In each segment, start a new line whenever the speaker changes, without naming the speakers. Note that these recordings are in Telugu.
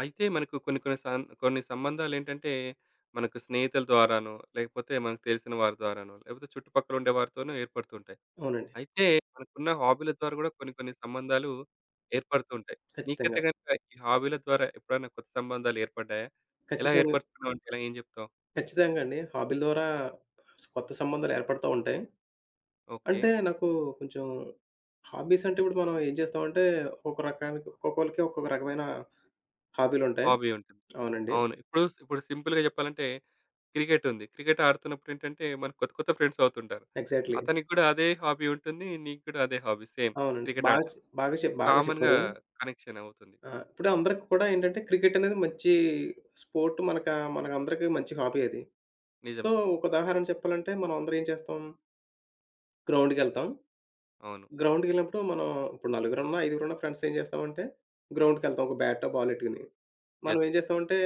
అయితే మనకు కొన్ని కొన్ని సం కొన్ని సంబంధాలేంటంటే, మనకు స్నేహితుల ద్వారానో, లేకపోతే మనకు తెలిసిన వారి ద్వారానో, లేకపోతే చుట్టుపక్కల ఉండే వారితోనో ఏర్పడుతుంటాయి.
అవునండి.
అయితే మనకున్న హాబీల ద్వారా గూడా కొన్ని కొన్ని సంబంధాలు ఏర్పడుతుంటాయి.
ఖచ్చితంగా.
నీకైతే గనుక ఈ హాబీల ద్వారా ఎప్పుడైనా కొత్త సంబంధాలు ఏర్పడ్డాయా? ఎలా
ఖచ్చితంగా,
ఏర్పరుచుకున్నావు అంటే ఎలా ఏం జెప్తావు?
ఖచ్చితంగా అండి, హాబీల ద్వారా కొత్త సంబంధాలు ఏర్పడతా ఉంటాయి.
ఓకే.
అంటే నాకు కొంచెం హాబీస్ అంటే ఇప్పుడు మనం ఏం చేస్తామంటే, ఒక్కొక్క రకానికి ఒక్కొక్కళ్ళకి ఒక్కొక్క రకమైన హాబీలుంటాయి.
హాబీ ఉంటుంది.
అవునండి.
అవును. ఇప్పుడు ఇప్పుడు సింపుల్‌గా జెప్పాలంటే క్రికెట్ ఉంది. క్రికెట్ ఆడుతున్నప్పుడేంటంటే మనకు కొత్త కొత్త ఫ్రెండ్స్ అవుతుంటారు.
ఎగ్జాక్ట్‌లీ.
అతనికి గూడా అదే హాబీ ఉంటుంది. నీకు గూడా అదే హాబీ సేమ్
అవునండి.
క్రికెట్
బాగా
ఆడడం.
చె బాగా చె బాగా
కామన్‌గా
చెప్పారు.
కనెక్షన్ అవుతుంది.
ఆ! ఇప్పుడు అందరికి కూడా ఏంటంటే, క్రికెట్ అనేది మంచి స్పోర్ట్. మనకందరికి మంచి హాబీ అది. సో,
నిజమే.
ఒక ఉదాహరణ చెప్పాలంటే, మనం అందరం ఏం చేస్తాం, గ్రౌండ్‌కెళ్తాం.
అవును.
గ్రౌండ్‌కెళ్ళినప్పుడు మనం ఇప్పుడు నలుగురున్నా, ఐదుగురున్నా ఫ్రెండ్స్ ఏం చేస్తామంటే, గ్రౌండ్‌కెళ్తాం, ఒక బ్యాటో, బాల్ ఎట్టుకుని. మనం
యెస్.
ఏం చేస్తామంటే,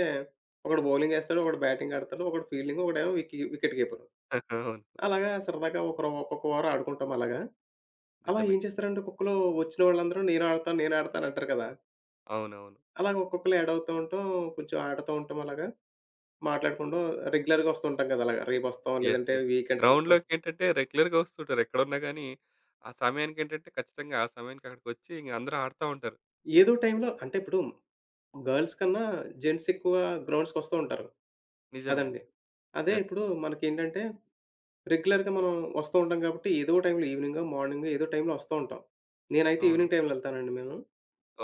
ఒకడు బౌలింగ్ ఏస్తాడు, ఒకడు బ్యాటింగ్ ఆడతాడు, ఒకడు ఫీల్డింగ్, ఒకడేమో వికెట్ కీపరు.
అవును.
అలాగా సరదాగా ఒకరు ఒక్కొక్క ఓవర్ ఆడుకుంటాం అలాగా. అలా
నిజమే.
ఏం చేస్తారంటే, ఒక్కొక్కళ్ళు వచ్చిన వాళ్ళందరూ నేను ఆడతాను, నేను ఆడతాను అంటారు కదా!
అవునవును.
అలాగ ఒక్కొక్కళ్ళు యాడ్ అవుతూ ఉంటాం. కొంచెం ఆడుతూ ఉంటాం అలాగా. మాట్లాడుకుంటూ రెగ్యులర్‌గా వస్తూ ఉంటాం కదా! అలాగా రేపొస్తాం
యెస్.
లేదంటే
యెస్.
వీకెండ్స్ వస్తాం.
గ్రౌండ్‌లోకేంటంటే రెగ్యులర్‌గా వస్తుంటారు. ఎక్కడున్నా గాని, ఆ సమయానికేంటంటే ఖచ్చితంగా ఆ సమయానికి అక్కడికొచ్చి ఇంక అందరూ ఆడుతా ఉంటారు.
ఏదో టైంలో అంటే ఇప్పుడు గర్ల్స్ కన్నా జెంట్స్ ఎక్కువ గ్రౌండ్స్‌కొస్తూ ఉంటారు.
నిజమే
అదండి.
అండి.
అదే
యెస్.
ఇప్పుడు మనకేంటంటే, రెగ్యులర్‌గా మనం వస్తూ ఉంటాం కాబట్టి, ఏదో టైంలో ఈవెనింగో, మార్నింగో ఏదో టైంలో వస్తూ ఉంటాం. నేనైతే
అవును.
ఈవెనింగ్ టైంలో ఎళ్తానండి మేము.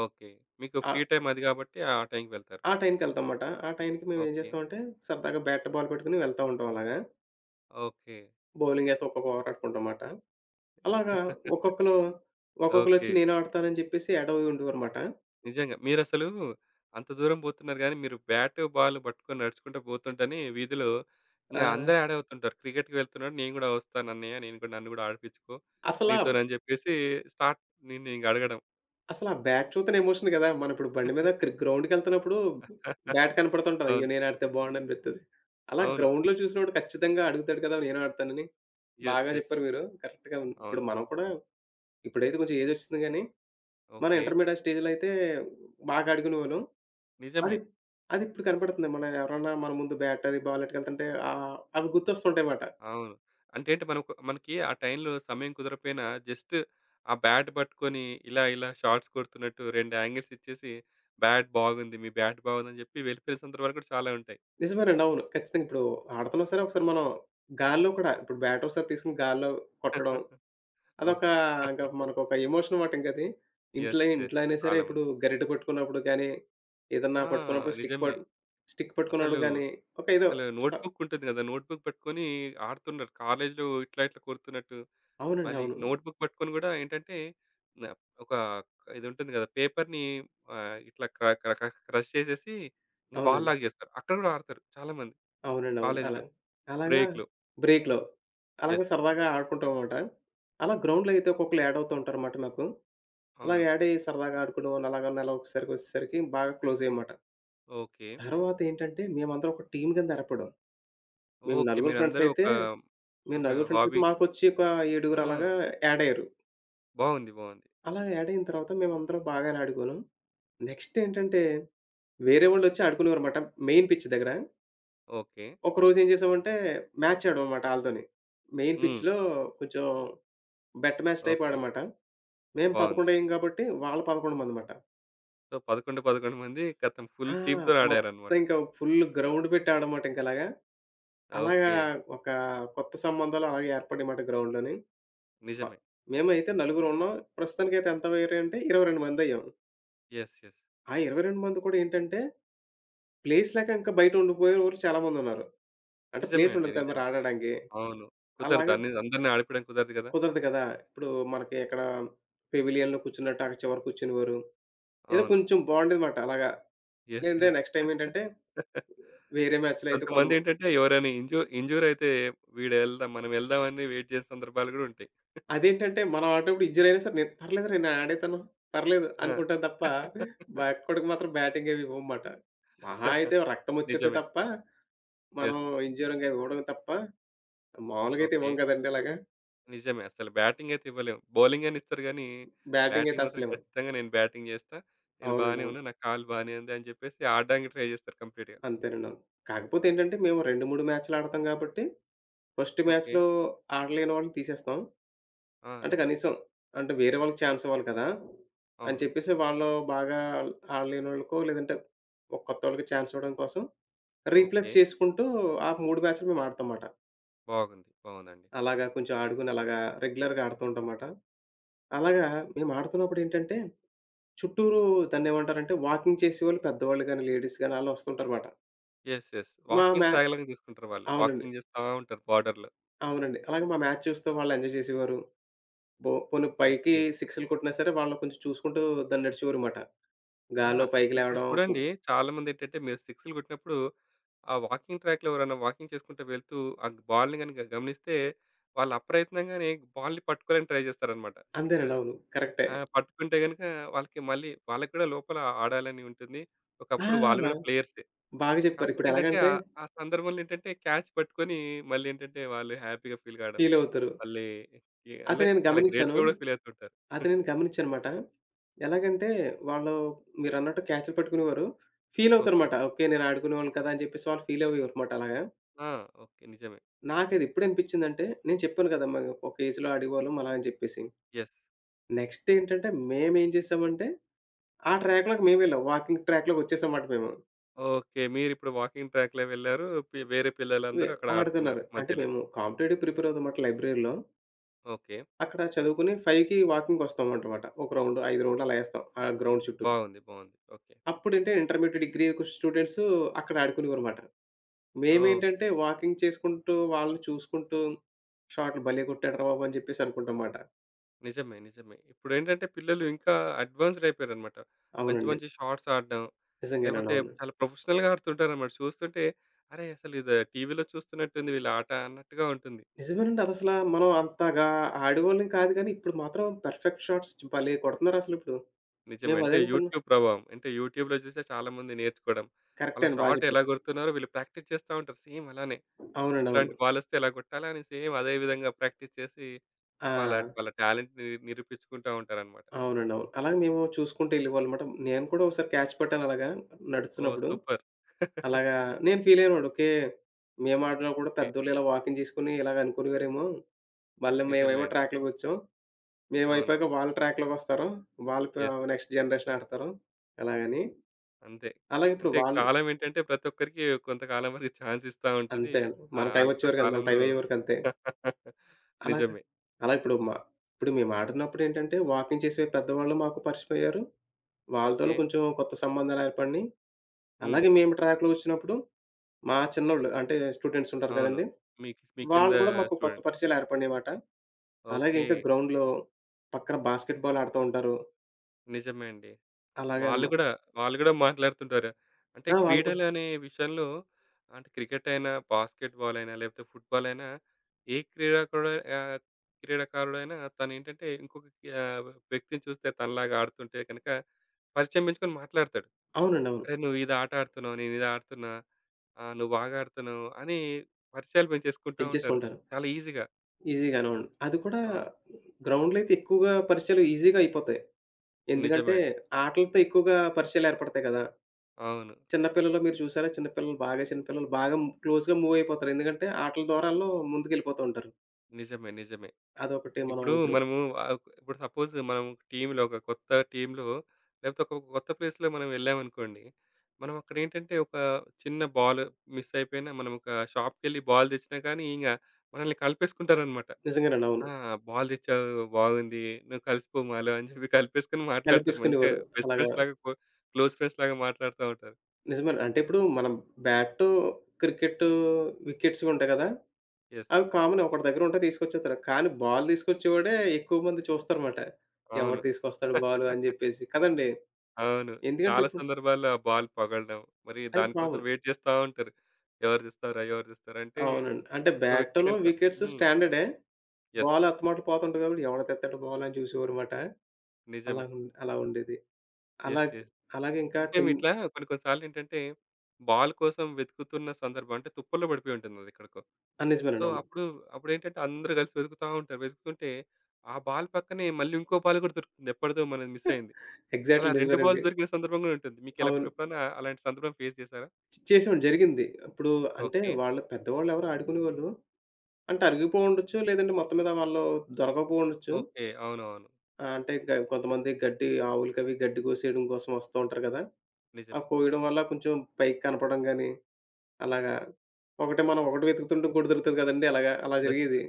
ఓకే. మీకు
ఆ,
ఫ్రీ టైమ్ అది గాబట్టి ఆ టైంకి వెళ్తారు.
ఆ టైంకెళ్తాంమాట. ఆ టైంకి మేమేం
ఓకే.
చేస్తామంటే, సరదాగా బ్యాట్, బాల్ పట్టుకొని వెళ్తా ఉంటాం అలాగా.
ఓకే.
బౌలింగ్ ఏస్తూ ఒక్కొక్క ఓవర్ ఆడుకుంటాంమాట. అలాగా ఒక్కొక్కళ్ళు ఒక్కొక్కళ్ళొచ్చి
ఓకే.
నేను ఆడతానని చెప్పేసి ఎడవి ఉండేవారమాట.
నిజంగా. మీరసలు అంత దూరం పోతున్నారు గానీ, మీరు బ్యాట్, బాల్ పట్టుకొని నడుచుకుంటూ పోతుంటేనే వీధిలో
ఆ!
ఇంగ అందరూ యాడ్ అవుతుంటారు. "క్రికెట్‌కి వెళ్తున్నాడు. నేను గూడా వస్తానన్నయ్య. నేను కూడా నన్ను గూడా ఆడిపిచ్చుకో
అసలా
నీతోనని" జెప్పేసి స్టార్ట్ నిన్నింక అడగడం.
అసలా బ్యాట్ చూస్తేనే ఎమోషన్ గదా! మనం ఇప్పుడు బండి మీద గ్రౌండ్‌కెళ్తున్నప్పుడు బ్యాట్ కనపడుతుంటది. అయ్యో!
అవును.
నేను ఆడితే బావుండనిపిత్తది. అలా
అవును.
గ్రౌండ్‌లో చూసినోడు ఖచ్చితంగా అడుగుతాడు కదా, నేను ఆడతానని.
యెస్.
బాగా
యెస్.
చెప్పారు మీరు. కరెక్ట్‌గా ఇప్పుడు
అవును.
మనం కూడా, ఇప్పుడైతే కొంచెం ఏజొచ్చేసింది గానీ, మన
ఓకే.
ఇంటర్మీడియట్ స్టేజ్‌లో అయితే బాగా అడుగునేవాళ్ళం.
నిజమే.
అది అది ఇప్పుడు కనపడుతుంది. మన ఎవరన్నా మన ముందు బ్యాట్ అది బాల్ ఎట్టుకెళ్తుంటే ఆహ్, అవి గుర్తొస్తుంటాయమాట.
అవును. అంటే ఏంటి మనకి ఆ టైంలో సమయం కుదరకపోయినా జస్ట్ ఆ బ్యాట్ పట్టుకొని ఇలా ఇలా షాట్స్ కొడుతున్నట్టు 2 యాంగిల్స్ ఇచ్చేసి, "బ్యాట్ బాగుంది. మీ బ్యాట్ బాగుందని" జెప్పి వెళ్ళిపోయిన సందర్భాలు కూడా చాలా ఉంటాయి.
నిజమేనండి. అవును. ఖచ్చితంగా ఇప్పుడు ఆడుతున్నా సరే, ఒకసారి మనం గాల్లో కూడా ఇప్పుడు బ్యాట్ ఒకసారి తీసుకొని గాల్లో కొట్టడం అదొక
అవును.
ఇంక మనకొక ఎమోషన్ మాట ఇంకది. ఇంట్లో
యెస్.
ఇంట్లో
యెస్.
అయినా సరే,
చాలా
ఇప్పుడు
మంది.
గరిటె పట్టుకున్నప్పుడు గానీ, ఏదన్నా
ఆ!
పట్టుకున్నప్పుడు,
నిజమే.
స్టిక్
అసలు,
పట్టుకున్నప్పుడు గానీ, ఒక ఏదో
అసలు
స్ట
నోట్‌బుక్ ఉంటుంది గదా! నోట్‌బుక్ పట్టుకొని ఆడుతున్నారు. కాలేజ్‌లో ఇట్లా, ఇట్లా కొడుతున్నట్టు.
అవునండి.
మళ్ళీ
అవును.
నోట్‌బుక్ పట్టుకొని గూడా ఏంటంటే, న ఒక ఇది ఉంటుంది గదా! పేపర్‌ని ఇట్లా క్ర క్ర క్ర క్రష్ చేసేసి ఇంక బాల్
అవునండి.
లాగా చేస్తారు. అక్కడ గూడా ఆడతారు చాలామంది
అవునండి. అవును. అలా.
కాలేజ్‌లో.
అలాగా
బ్రేక్‌లో.
బ్రేక్‌లో. అలాగే
యెస్.
సరదాగా ఆడుకుంటాం మాట. అలా గ్రౌండ్‌లో అయితే ఒక్కొక్కళ్ళు యాడ్ అవుతూ ఉంటారన్నమాట మాకు. అలా
అవును.
యాడ్ అయ్యి సరదాగా ఆడుకోవడం అలాగా నెల ఒకసారికొచ్చేసరికి బాగా క్లోజ్ అయ్యాం మాట.
ఓకే.
తర్వాత ఏంటంటే, మేమందరం ఒక టీమ్ కింద ఏర్పడాం. మేము
ఓకే.
నలుగురు ఫ్రెండ్స్
మీరందరూ
అయితే
ఒక,
మేము
ఒక
నలుగురు ఫ్రెండ్స్ అయితే
హాబీ
మాకొచ్చి ఒక
ఆ!
ఏడుగురు అలాగా యాడ్ అయ్యారు.
బాగుంది. బాగుంది.
అలా యాడ్ అయిన తర్వాత మేమందరం బాగానే ఆడుకున్నాం. నెక్స్ట్ ఏంటంటే, వేరే వాళ్ళొచ్చి ఆడుకునేవారన్నమాట మెయిన్ పిచ్ దగ్గర.
ఓకే.
ఒకరోజు ఏం చేసామంటే, మ్యాచ్ ఆడామన్నమాట ఆళ్ళతోని, మెయిన్
హ్మ్.
పిచ్‌లో కొంచెం బెట్ మ్యాచ్ టైప్
ఓకే.
ఆడామమాట. మేము
బావుంది.
11 అయ్యాం కాబట్టి వాళ్ళు 11 మందన్నమాట.
సో, 11 మంది ఖతం
ఆ!
ఫుల్ టీమ్‌తోని
మొత్తం
ఆడారనమాట.
ఇంకా ఫుల్ గ్రౌండ్ పెట్టి ఆడామమాట ఇంకలాగా. అలాగా అలాగా
ఓకే.
ఒక కొత్త సంబంధాలు అలాగే ఏర్పడ్డాయన్నమాట గ్రౌండ్‌లోని. మ
నిజమే.
మేమైతే నలుగురున్నాం. ప్రస్తుతానికైతే ఎంత అయ్యారంటే, 22 మందయ్యాం.
యెస్. యెస్.
ఆ 22 మంది కూడా ఏంటంటే, ప్లేస్ లేక ఇంకా బయట ఉండిపోయేవారు చాలా మందున్నారు. అంటే
నిజమే
ప్లేస్
అండి.
ఉండదు కదా మరి
నిజమే.
ఆడడానికి.
అవును. కుదరదు.
అలాగా
అన్ని అందరిని ఆడిపీయడం కుదరదు గదా!
కుదరదు కదా! ఇప్పుడు మనకి ఎక్కడ పెవిలియన్‌లో కూర్చున్నట్టు అక్కడ చివర కూర్చునేవారు. ఏదో
అవును.
కొంచెం బావుండేదిమాట అలాగా.
యెస్.
లేదంటే
యెస్.
నెక్స్ట్ టైమ్ ఏంటంటే, వేరే మ్యాచ్‌లో అయితే కొందమ
కొంతమందేంటంటే ఎవరైనా ఇంజ్యూర్ అయితే వీడెళ్దాం మనం ఎళ్దామని వెయిట్ చేసే సందర్భాలు గూడా ఉంటాయి.
అదేంటంటే, మనం ఆడేటప్పుడు ఇంజ్యూర్ అయినా సరే, నేను పర్లేదురా నేను ఆడేతాను, పర్లేదు
ఆ!
అనుకుంటాను తప్ప, మా ఒక్కడికి మాత్రం బ్యాటింగ్ అవి ఇవ్వమమాట. మహా అయితే రక్తం వచ్చేత్తే
నిజమే.
తప్ప మనం
యెస్.
ఎంజోరింగ్‌గా ఇవ్వడం తప్ప, మామూలుగైతే
ఓకే.
ఇవ్వం కదండీ అలాగా.
నిజమే. అసలు బ్యాటింగ్ అయితే ఇవ్వలేం. బౌలింగ్ అని ఇస్తారు గానీ,
బ్యాటింగయితే
బ్యాటింగ్ మాత్రం
అస్సలివ్వం.
ఖచ్చితంగా నేను బ్యాటింగ్ జేస్తా. నేను
అవునండి.
బానే
అవును.
ఉన్నా. నా కాలు బానే ఉంది అని జెప్పేసి ఆడడానికి ట్రై జేస్తారు కంప్లీట్‌గా.
అంతేనండి. అవును. కాకపోతే ఏంటంటే, మేము 2, 3 మ్యాచ్‌లు ఆడతాం కాబట్టి, ఫస్ట్
ఓకే.
మ్యాచ్‌లో ఆడలేని వాళ్ళని తీసేస్తాం.
ఆ!
అంటే
నిజమే.
కనీసం అంటే వేరే వాళ్ళకి ఛాన్స్ ఇవ్వాలి కదా అని
అవును.
చెప్పేసి, వాళ్ళు బాగా ఆడలేనోళ్ళకో, లేదంటే ఒక కొత్తోళ్ళకి ఛాన్స్ ఇవ్వడం కోసం రీప్లేస్
ఓకే.
చేసుకుంటూ ఆ 3 మ్యాచ్‌లు మేము ఆడతాం మాట.
బాగుంది. బావుందండి.
అలాగా కొంచెం ఆడుకొని అలాగా రెగ్యులర్‌గా ఆడుతూ ఉంటాం మాట. అలాగా మేము ఆడుతున్నప్పుడేంటంటే, చుట్టూరు దాన్నేమంటారంటే, వాకింగ్ చేసేవాళ్ళు పెద్దవాళ్ళు గాని, లేడీస్ గాని ఆళ్ళు వస్తుంటారుమాట.
యెస్. యెస్.
మా
వాకింగ్
మ్యా
ట్రాక్ లాగా తీసుకుంటారు వాళ్ళు.
అవునండి.
వాకింగ్ జేస్తా ఉంటారు బార్డర్‌లో.
అవునండి. అలాగే మా మ్యాచ్ చూస్తూ వాళ్ళు ఎంజాయ్ చేసేవారు. బో పోనీ పైకి
ఓకే.
సిక్స్‌లు కొట్టినా సరే, వాళ్ళు కొంచెం చూసుకుంటూ దాన్ని నడిచేవారుమాట.
ఆహా!
గాల్లో పైకి
ఇప్పుడు
లేవడం కు
చూడండి చాలామందేంటంటే మీరు సిక్స్‌లు గొట్టినప్పుడు ఆ వాకింగ్ ట్రాక్‌లో ఎవరైనా వాకింగ్ చేసుకుంటూ వెళ్తూ ఆ బాల్‌ని గనుక గమనిస్తే వాళ్ళు అప్రయత్నంగానే బాల్‌ని పట్టుకోవడానికి ట్రై జేస్తారన్నమాట. సిక్స్
అంతేనండి. అవును. కరెక్టే.
ఆ! పట్టుకుంటే గనుక వాళ్ళకి కూడా లోపల ఆడాలని ఉంటుంది.
ఆ!
ఒకప్పుడు వాళ్ళు కూడా ప్లేయర్సే.
బాగా చెప్పారు.
కాకపోతే ఏంటంటే
ఇప్పుడెలాగంటే
ఆ సందర్భంలో ఏంటంటే క్యాచ్ పట్టుకొని మళ్ళీ ఏంటంటే వాళ్ళు హ్యాపీగా ఫీల్ కావడం.
ఫీలవుతారు.
మళ్ళీ
అది
అంటే
నేను
చాలా
గమనించాను.
గ్రేట్‌గా కూడా ఫీల్ అవుతుంటారు.
అది నేను గమనించానుమాట. ఎలాగంటే వాళ్ళు మీరన్నట్టు క్యాచులు పట్టుకునేవారు.
ఓకే.
ఫీలవుతారుమాట. ఓకే. నేను ఆడుకునేవాడిని కదా! అని చెప్పేసి వాళ్ళు ఫీలయ్యేవారుమాట అలాగా.
ఆ! ఓకే. నిజమే.
నాకది ఎప్పుడనిపించిందంటే, నేను చెప్పాను కదా మాకు ఒక ఏజ్‌లో ఆడేవాళ్ళం అలా అని చెప్పేసి.
యెస్.
నెక్స్ట్ ఏంటంటే, మేమేం చేసామంటే, ఆ ట్రాక్‌లోకి మేమెళ్ళాం. వాకింగ్ ట్రాక్‌లోకొచ్చేసామాట మేము.
ఓకే. మీరిప్పుడు వాకింగ్ ట్రాక్‌లో వెళ్లారు. వేరే
వె
పిల్లలందరూ అక్కడ
ఆడుతున్నారు.
ఆడుతున్నారు
అంటే
మధ్యలో.
మేము కాంపిటేటివ్‌కి ప్రిపేర్ అవుతామాట లైబ్రరీలో.
ఓకే.
అక్కడ చదువుకొని 5కి వాకింగ్‌కొస్తామనమాట. ఒక రౌండ్ 5 రౌండ్లు అలా ఏస్తాం ఆ గ్రౌండ్ చుట్టూ.
బాగుంది. బాగుంది. ఓకే.
అప్పుడేంటే ఇంటర్మీడియేట్, డిగ్రీ స్టూడెంట్స్ అక్కడ ఆడుకునేవారుమాట.
ఓహ్!
మేమేంటంటే, వాకింగ్ చేసుకుంటూ, వాళ్ళని చూసుకుంటూ, షాట్లు భలే కొట్టాడురా బాబు! అని చెప్పేసి అనుకుంటాం మాట.
నిజమే. నిజమే. ఇప్పుడేంటంటే పిల్లలు ఇంకా అడ్వాన్స్‌డ్ అయిపోయారన్నమాట. మంచి
అవునండి.
మంచి షాట్స్ ఆడడం,
నిజంగానండి.
లేకపోతే
అవును.
చాలా ప్రొఫెషనల్‌గా ఆడుతుంటారన్నమాట. చూస్తుంటే అరే! అసలు ఇది టీవీలో చూస్తున్నట్టుంది వీళ్ళ ఆట అన్నట్టుగా ఉంటుంది.
నిజమేనండి. అదసలా మనం అంతగా ఆడేవాళ్ళం కాదు గానీ, ఇప్పుడు మాత్రం పర్ఫెక్ట్ షాట్స్ చ్ భలే కొడుతున్నారసలిప్పుడు.
నిజమే.
మేము
అంటే
అదే అనుకున్నాం.
యూట్యూబ్ ప్రభావం. అంటే యూట్యూబ్‌లో చూసే చాలామంది నేర్చుకోవడం.
కరెక్టే
వాళ్ళ
అండి. బా
షాట్ ఎలా
చెప్పారు.
కొడుతున్నారో వీళ్ళు ప్రాక్టీస్ చేస్తా ఉంటారు సేమ్ అలానే.
అవునండి. అవును.
ఇట్లాంటి బాలొస్తే ఎలా కొట్టాలా అని సేమ్ అదే విధంగా ప్రాక్టీస్ చేసి
ఆ!
వాళ్ళ వాళ్ళ టాలెంట్‌ని నిరూపించుకుంటా ఉంటారన్నమాట.
అవునండి. అవును. అలాగే మేము చూసుకుంటూ ఎళ్ళేవాళ్ళమాట. నేను కూడా ఒకసారి క్యాచ్ పట్టాను అలాగా
ఓహ్!
నడుస్తున్నప్పుడు.
సూపర్.
అలాగా నేను ఫీలయ్యేవాడు. ఓకే. మేము ఆడినా కూడా
ఓకే.
పెద్దోళ్ళు ఇలా వాకింగ్ చేసుకొని ఇలాగ అనుకునేవారేమో. మళ్ళీ
నిజమే
మేమేమో
అండి.
ట్రాక్‌లోకొచ్చాం.
అవును.
మేమయిపోయాక వాళ్ళు ట్రాక్‌లోకొస్తారు. వాళ్ళు ప
యెస్.
నెక్స్ట్ జనరేషన్ ఆడతారు అలాగని.
అంతే.
అలాగే ఇప్పుడు
అంటే
వాళ్ళు
కాలం ఏంటంటే ప్రతి ఒక్కరికి కొంతకాలం వరకు ఛాన్స్ ఇస్తా ఉంటది.
అంతే అండి.
ఆ!
మన
ఆల్ ఆ
టైమొచ్చేవరకు మన
కాలంలో
టైమయ్యేవరకు అంతే. అలాగా
నిజమే.
అలా ఇప్పుడు మా ఇప్పుడు మేమాడుతున్నప్పుడేంటంటే, వాకింగ్ చేసే పెద్దవాళ్ళు మాకు పరిచయమయ్యారు. వాళ్ళతోనూ
ఓకే.
కొంచెం కొత్త సంబంధాలేర్పడినియి.
హ్మ్.
అలాగే మేము ట్రాక్‌లో ఒచ్చినప్పుడు మా చిన్నోళ్ళు అంటే, స్టూడెంట్స్ ఉంటారు
అవును.
కదండీ!
మీ మీ కింద
వాళ్ళు కూడా మాకు కొత్త
స్టూడెంట్.
పరిచయాలేర్పడినియమాట. అలాగే
ఓకే.
ఇంకా గ్రౌండ్‌లో పక్కన బాస్కెట్ బాల్ ఆడుతూ ఉంటారు.
నిజమే అండి.
అలాగే
వాళ్ళు
మ
గూడా వాళ్ళు గూడా మాట్లాడుతుంటారు. అంటే
ఆ! వాళ్ళు కూడా
క్రీడలు అనే విషయంలో అంటే క్రికెట్ అయినా, బాస్కెట్ బాల్ అయినా, లేకపోతే ఫుట్‌బాల్ అయినా ఏ క్రీడాకుడ ఆహ్, క్రీడాకారుడైనా తనేంటంటే ఇంకొక వ్యక్తిని చూస్తే తనలాగా ఆడుతుంటే గనక పరిచయం పెంచుకొని మాట్లాడతాడు.
అవునండి. అవును.
అరే నువ్వు ఇది ఆట ఆడుతున్నావు, నేను ఇది ఆడుతున్నా. ఆ! నువ్వు బాగా ఆడుతున్నావు అని పరిచయాలు పెంచేసుకుంటా ఉంటారు.
పెంచేసుకుంటారు.
చాలా ఈజీగా.
ఈజీగానే అవును. అది కూడా
అవును.
గ్రౌండ్‌లో అయితే ఎక్కువగా పరిచయాలు ఈజీగా అయిపోతాయి.
నిజమే
ఎందుకంటే,
అండి.
ఆటలతో ఎక్కువగా పరిచయాలేర్పడతాయి కదా!
అవును.
చిన్న పిల్లలు మీరు చూసారా? చిన్న పిల్లలు బాగా క్లోజ్‌గా మూవ్ అయిపోతారు. ఎందుకంటే, ఆటల ద్వారా ఆళ్ళు ముందుకెళ్ళిపోతూ ఉంటారు.
నిజమే. నిజమే.
అదొకటి మనం
ఇప్పుడు
ఇప్పుడు
మనము ఇప్పుడు సపోజ్ మనం ఒక కొత్త టీమ్‌లో లేకపోతే ఒక కొత్త ప్లేస్‌లో మనం వెళ్ళామనుకోండి. మనం అక్కడ ఏంటంటే ఒక చిన్న బాల్ మిస్ అయిపోయినా మనం ఒక షాప్‌కెళ్ళి బాల్ తెచ్చినా కానీ ఇంగ మనల్ని కలిపేసుకుంటారనమాట.
నిజంగానండి. అవును.
ఆ! బాల్ తెచ్చావు బాగుంది. నువ్వు కలిసిపో మాలో అని చెప్పి కలిపేసుకొని
కలెక్ట్
మాట్లాడతారు. మంచిగా
చేసుకునేవారు.
బెస్ట్
అలాగా
ఫ్రెండ్స్ లాగా క్లోజ్ ఫ్రెండ్స్ లాగా మాట్లాడుతా ఉంటారు.
నిజమేనండి. అంటే ఇప్పుడు మనం బ్యాటు, క్రికెటు, వికెట్స్ ఉంటాయి కదా!
యెస్.
అవి కామన్ ఒకడి దగ్గర ఉంటే తీసుకొచ్చేస్తారు. కానీ బాల్ తీసుకొచ్చేవాడే ఎక్కువ మంది చూస్తారన్నమాట, ఎవడు
అవును.
తీసుకొస్తాడు బాలు అని చెప్పేసి. కదండీ!
అవును.
ఎందుకంటే
చాలా
ఇప్పుడు
సందర్భాల్లో ఆ బాల్ పగలడం. మరి
అది
దానికోసం
కామన్.
వెయిట్ చేస్తా ఉంటారు. ఎవరు తెస్తారా? ఎవరు తెస్తారా? అంటే
అవునండి. అంటే
ఒక వ్యక్తి
బ్యాటును,
గనుక
వికెట్స్
హ్మ్.
స్టాండర్డే.
యెస్.
బాల్ అత్తమాట పోతుంటది కాబట్టి ఎవడు తెత్తాడు బాల్ అని చూసేవారుమాట.
నిజమే.
అలా ఉండేది.
యెస్.
అలాగే
యెస్.
అలాగే ఇంకా
అంటే
10
ఇట్లా కొన్ని కొన్ని సార్లు ఏంటంటే బాల్ కోసం వెతుకుతున్న సందర్భం అంటే తుప్పల్లో పడిపోయి ఉంటుంది అది ఎక్కడికో.
ఆ!
సో,
నిజమేనండి. అవును.
అప్పుడేంటంటే అందరూ కలిసి వెతుకుతా ఉంటారు. వెతుకుతుంటే ఆ బాల్ పక్కనే మళ్ళీ ఇంకో బాల్ కూడా దొరుకుతుంది. ఎప్పటిదో మనది మిస్ అయింది. అలా
ఎగ్జాక్ట్‌లీ
2
నిజమేనండి.
బాల్స్ దొరికిన సందర్భం గూడా ఉంటుంది. మీకెలా
అవును.
ఎప్పుడన్నా అలాంటి సందర్భం ఫేస్ చేసారా?
చేసాం జరిగింది. ఇప్పుడు అంటే
ఓకే.
వాళ్ళు పెద్దవాళ్ళు ఎవరో ఆడుకునేవాళ్ళు. అంటే అరిగిపోయుండొచ్చు. లేదంటే మొత్తం మీద వాళ్ళు దొరకకపోయుండొచ్చు.
ఓకే. అవునవును.
ఆ! అంటే గ కొంతమంది గడ్డి ఆవులకవి గడ్డి కోసేయడం కోసం వస్తూ ఉంటారు కదా! ఆ
నిజమే.
కోయడం వల్ల కొంచెం పైకి కనపడం గాని, అలాగా ఒకటే మనం ఒకటి వెతుకుతుంటే ఇంకోటి దొరుకుతది కదండీ! అలాగా అలా
జస్ట్
జరిగేది.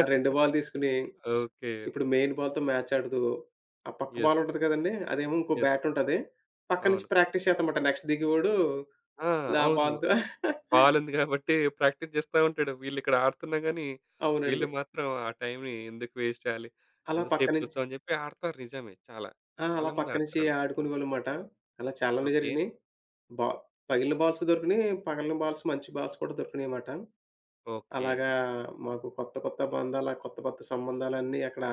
ఆ 2 బాల్ తీసుకొని
ఓకే.
ఇప్పుడు మెయిన్ బాల్‌తో మ్యాచ్ ఆడదు. ఆ పక్క
యెస్.
బాల్ ఉంటది కదండీ! అదేమో ఇంకో
యెస్.
బ్యాట్ ఉంటది. పక్క నుంచి
అవును.
ప్రాక్టీస్ చేద్దామట. నెక్స్ట్ దిగేవాడు
ఆ!
ఆ
అవును.
బాల్‌తో
బాలుంది గాబట్టి ప్రాక్టీస్ చేస్తా ఉంటాడు. వీళ్ళిక్కడ ఆడుతున్నా గానీ,
అవునండి.
వీళ్ళు మాత్రం ఆ టైమ్‌ని ఎందుకు వేస్ట్ చేయాలి?
అలా పక్క
ఎంతసేపు
నుంచి
చూస్తాం అని జెప్పి ఆడతారు నిజమే చాలా.
ఆ! అలా
చాలా మంది
పక్క నుంచి
ఆడతారలా.
ఆడుకునేవాళ్ళమాట. అలా చాలానే
ఓకే.
జరిగినాయి. బా పగిలిన బాల్స్ దొరికినాయి. పగలని బాల్స్ మంచి బాల్స్ కూడా దొరికినాయిమాట.
ఓకే.
అలాగా మాకు కొత్త కొత్త బంధాల, కొత్త కొత్త సంబంధాలన్నీ అక్కడ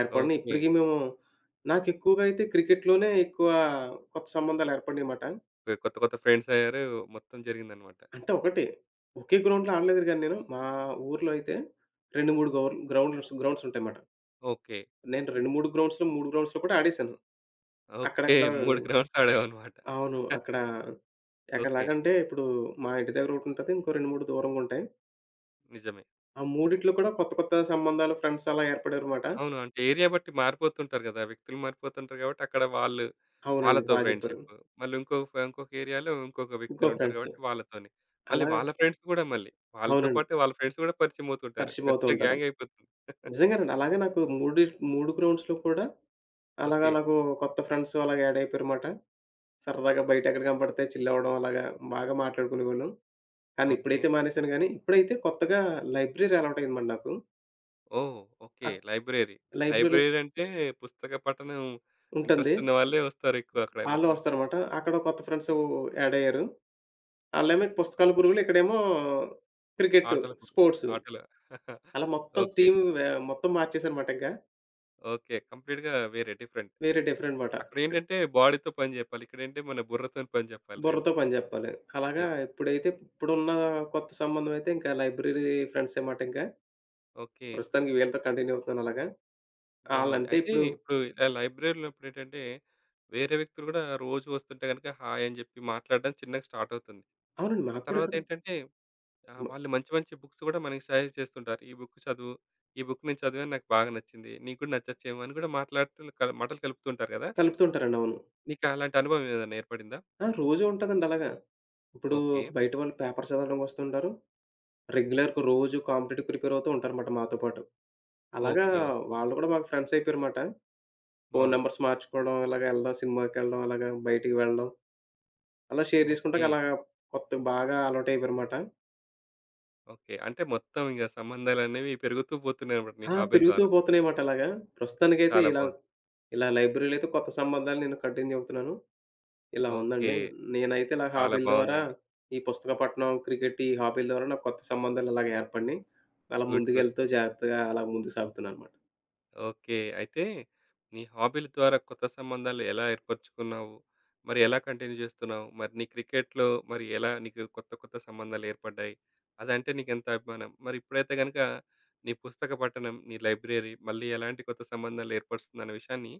ఏర్పడినాయి.
ఓకే.
ఇప్పటికి మేము నాకెక్కువగా అయితే క్రికెట్‌లోనే ఎక్కువ కొత్త సంబంధాలు ఏర్పడినాయిమాట.
కొత్త కొత్త ఫ్రెండ్సయ్యారు. మొత్తం జరిగిందనమాట.
అంటే ఒకటే. ఒకే గ్రౌండ్‌లో ఆడలేదు గానీ నేను. మా ఊర్లో అయితే 2, 3 గౌర్ గ్రౌండ్లుస్ గ్రౌండ్స్ ఉంటాయన్నమాట.
ఓకే.
నేను 2, 3 గ్రౌండ్స్‌లో 3 గ్రౌండ్స్‌లో కూడా ఆడేశాను.
ఓకే.
అక్కడక్కడ
3 గ్రౌండ్స్ ఆడావనమాట.
అవును. అక్కడ
ఓకే.
ఎక్కడలాగంటే ఇప్పుడు మా ఇంటి దగ్గర ఒకటుంటది. ఇంకో 2, 3 దూరంగా ఉంటాయి.
నిజమే.
ఆ మూడిట్లో కూడా కొత్త కొత్త సంబంధాలు, ఫ్రెండ్స్ అలా ఏర్పడారన్నమాట.
అవును. అంటే ఏరియా బట్టి మారిపోతుంటారు గదా! వ్యక్తులు మారిపోతుంటారు గాబట్టి అక్కడ వాళ్ళు
అవునండి.
వాళ్ళతో
బా జెప్పారు.
ఫ్రెండ్‌షిప్. మళ్ళీ ఇంకో ఇంకొక ఏరియాలో ఇంకొక
ఇంకో
వ్యక్తులుంటారు
ఫ్రెండ్స్.
గాబట్టి వాళ్ళతోని. మళ్ళీ
అలాగా
వాళ్ళ ఫ్రెండ్స్ గూడా మళ్ళీ. వాళ్ళతో
అవునండి.
పాటు వాళ్ళ ఫ్రెండ్స్ గూడా పరిచయమవుతుంటారు.
పరిచయం అవుతూ
పెద్ద
ఉంటారు.
గ్యాంగయిపోతుంది.
నిజంగానండి. అలాగే నాకు 3 గ్రౌండ్స్‌లో కూడా అలాగా
ఓకే.
నాకు కొత్త ఫ్రెండ్స్ అలాగా యాడ్ అయిపోయారన్నమాట. సరదాగా బయట ఎక్కడ కనపడితే చిల్ అవ్వడం అలాగా బాగా మాట్లాడుకునేవాళ్ళం. కానీ
ఓకే.
ఇప్పుడైతే మానేశాను గానీ, ఇప్పుడైతే కొత్తగా లైబ్రరీ అలవాటయిందన్నమాట నాకు.
ఓహ్! ఓకే.
అక్
లైబ్రరీ.
లైబ్రరీలో
లైబ్రరీ అంటే పుస్తక పఠనం
ఉంటుంది.
ఇంట్రెస్ట్ ఉన్న వాళ్ళే వస్తారు ఎక్కువ అక్కడ
ఆళ్ళు
మొత్తం.
వస్తారన్నమాట. అక్కడ కొత్త ఫ్రెండ్స్ యాడ్ అయ్యారు. ఆళ్ళేమో పుస్తకాల పురుగులు, ఇక్కడేమో క్రికెట్,
ఆటల పు-
స్పోర్ట్స్.
ఆటల
అలా మొత్తం
ఓకే.
స్ట్రీమ్ వే మొత్తం మార్చేసానన్నమాట ఇంక.
ఓకే. కంప్లీట్‌గా వేరే డిఫరెంట్.
వేరే డిఫరెంట్ మాట.
అక్కడేంటంటే బాడీతో పని జెప్పాలి. ఇక్కడేంటే మన బుర్రతోని పని జెప్పాలి
బుర్రతో
2.
పని జెప్పాలి. అలాగా
యెస్.
ఇప్పుడైతే ఇప్పుడున్న కొత్త సంబంధం అయితే ఇంకా లైబ్రరీ ఫ్రెండ్సే మాట ఇంకా.
ఓకే.
ప్రస్తుతానికి వీళ్ళతో కంటిన్యూ అవుతున్నాను అలాగా.
బావుంది.
ఆళ్ళంటే
అయితే
ఇప్పుడు
ఇప్పుడు ఇలా లైబ్రరీలో ఉన్నప్పుడేంటంటే వేరే వ్యక్తులు గూడా రోజు వస్తుంటే గనుక హాయ్ అని జెప్పి మాట్లాడడం చిన్నగా స్టార్ట్ అవుతుంది.
అవునండి.
ఆ
మాకు కూడా ఇక్కడ
తర్వాతేంటంటే ఆ!
మ
వాళ్ళు మంచి మంచి బుక్స్ గూడా మనకి సజెస్ట్ చేస్తుంటారు. ఈ బుక్ చదువు. ఈ బుక్ నేను చదివాను నాకు బాగా నచ్చింది. నీకు కూడా నచ్చచ్చేమో అని కూడా మాట్లాడుతూ మాటలు కలుపుతుంటారు గదా!
కలుపుతుంటారండి. అవును.
నీకు అలాంటి అనుభవం ఏదైనా ఏర్పడిందా?
ఆ! రోజు ఉంటదండి అలాగా. ఇప్పుడు
ఓకే.
బయట వాళ్ళు పేపర్ చదవడానికి వస్తుంటారు. రెగ్యులర్‌గా రోజు కాంపిటీటివ్‌కి ప్రిపేర్ అవుతూ ఉంటారన్నమాట మాతో పాటు. అలాగా
ఓకే. ఓకే.
వాళ్ళు కూడా మాకు ఫ్రెండ్స్ అయిపోయారన్నమాట. ఫోను
బాగుంది.
నంబర్స్ మార్చుకోవడం, ఇలాగ ఎళ్ళడం, సినిమాకెళ్ళడం, అలాగా బయటికి వెళ్ళడం, అలా షేర్ చేసుకుంటాక
ఓకే.
అలాగా కొత్త బాగా అలవాటయిపోయారన్నమాట.
ఓకే. అంటే మొత్తం ఇగ సంబంధాలనేవి పెరుగుతూ పోతున్నాయన్నమాట నీ
ఆ!
హాబీల
పెరుగుతూ
ద్వారా.
పోతున్నాయన్నమాట అలాగా. ప్రస్తుతానికైతే
చాలా
ఇలా
బాగుంది.
ఇలా లైబ్రరీలో అయితే కొత్త సంబంధాలు నేను కంటిన్యూ అవుతున్నాను. ఇలా
ఓకే.
ఉందండి. నేనైతే ఇలా
చాలా
హాబీల ద్వారా
బాగుందండి.
ఈ పుస్తక పఠనం, క్రికెట్, ఈ హాబీల ద్వారా నాకు కొత్త సంబంధాలు అలాగ ఏర్పడినియి. అలా
గుడ్. గుడ్.
ముందుకెళ్తూ జాగ్రత్తగా అలా ముందుకు సాగుతున్నాననమాట.
ఓకే. అయితే నీ హాబీల ద్వారా కొత్త సంబంధాలు ఎలా ఏర్పరచుకున్నావు? మరి ఎలా కంటిన్యూ చేస్తున్నావు? మరి నీ క్రికెట్‌లో మరి ఎలా నీకు కొత్త కొత్త సంబంధాలు ఏర్పడ్డాయి? అదంటే నీకెంత అభిమానం? మరి ఇప్పుడైతే గనుక నీ పుస్తక పఠనం, నీ లైబ్రరీ మళ్ళీ ఎలాంటి కొత్త సంబంధాలు ఏర్పరుస్తుందన్న విషయాన్ని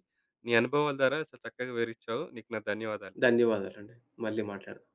నీ అనుభవాల ద్వారా చాలా చక్కగా వివరించావు. నీకు నా ధన్యవాదాలు.
ధన్యవాదాలండి. మళ్ళీ మాట్లాడదాం.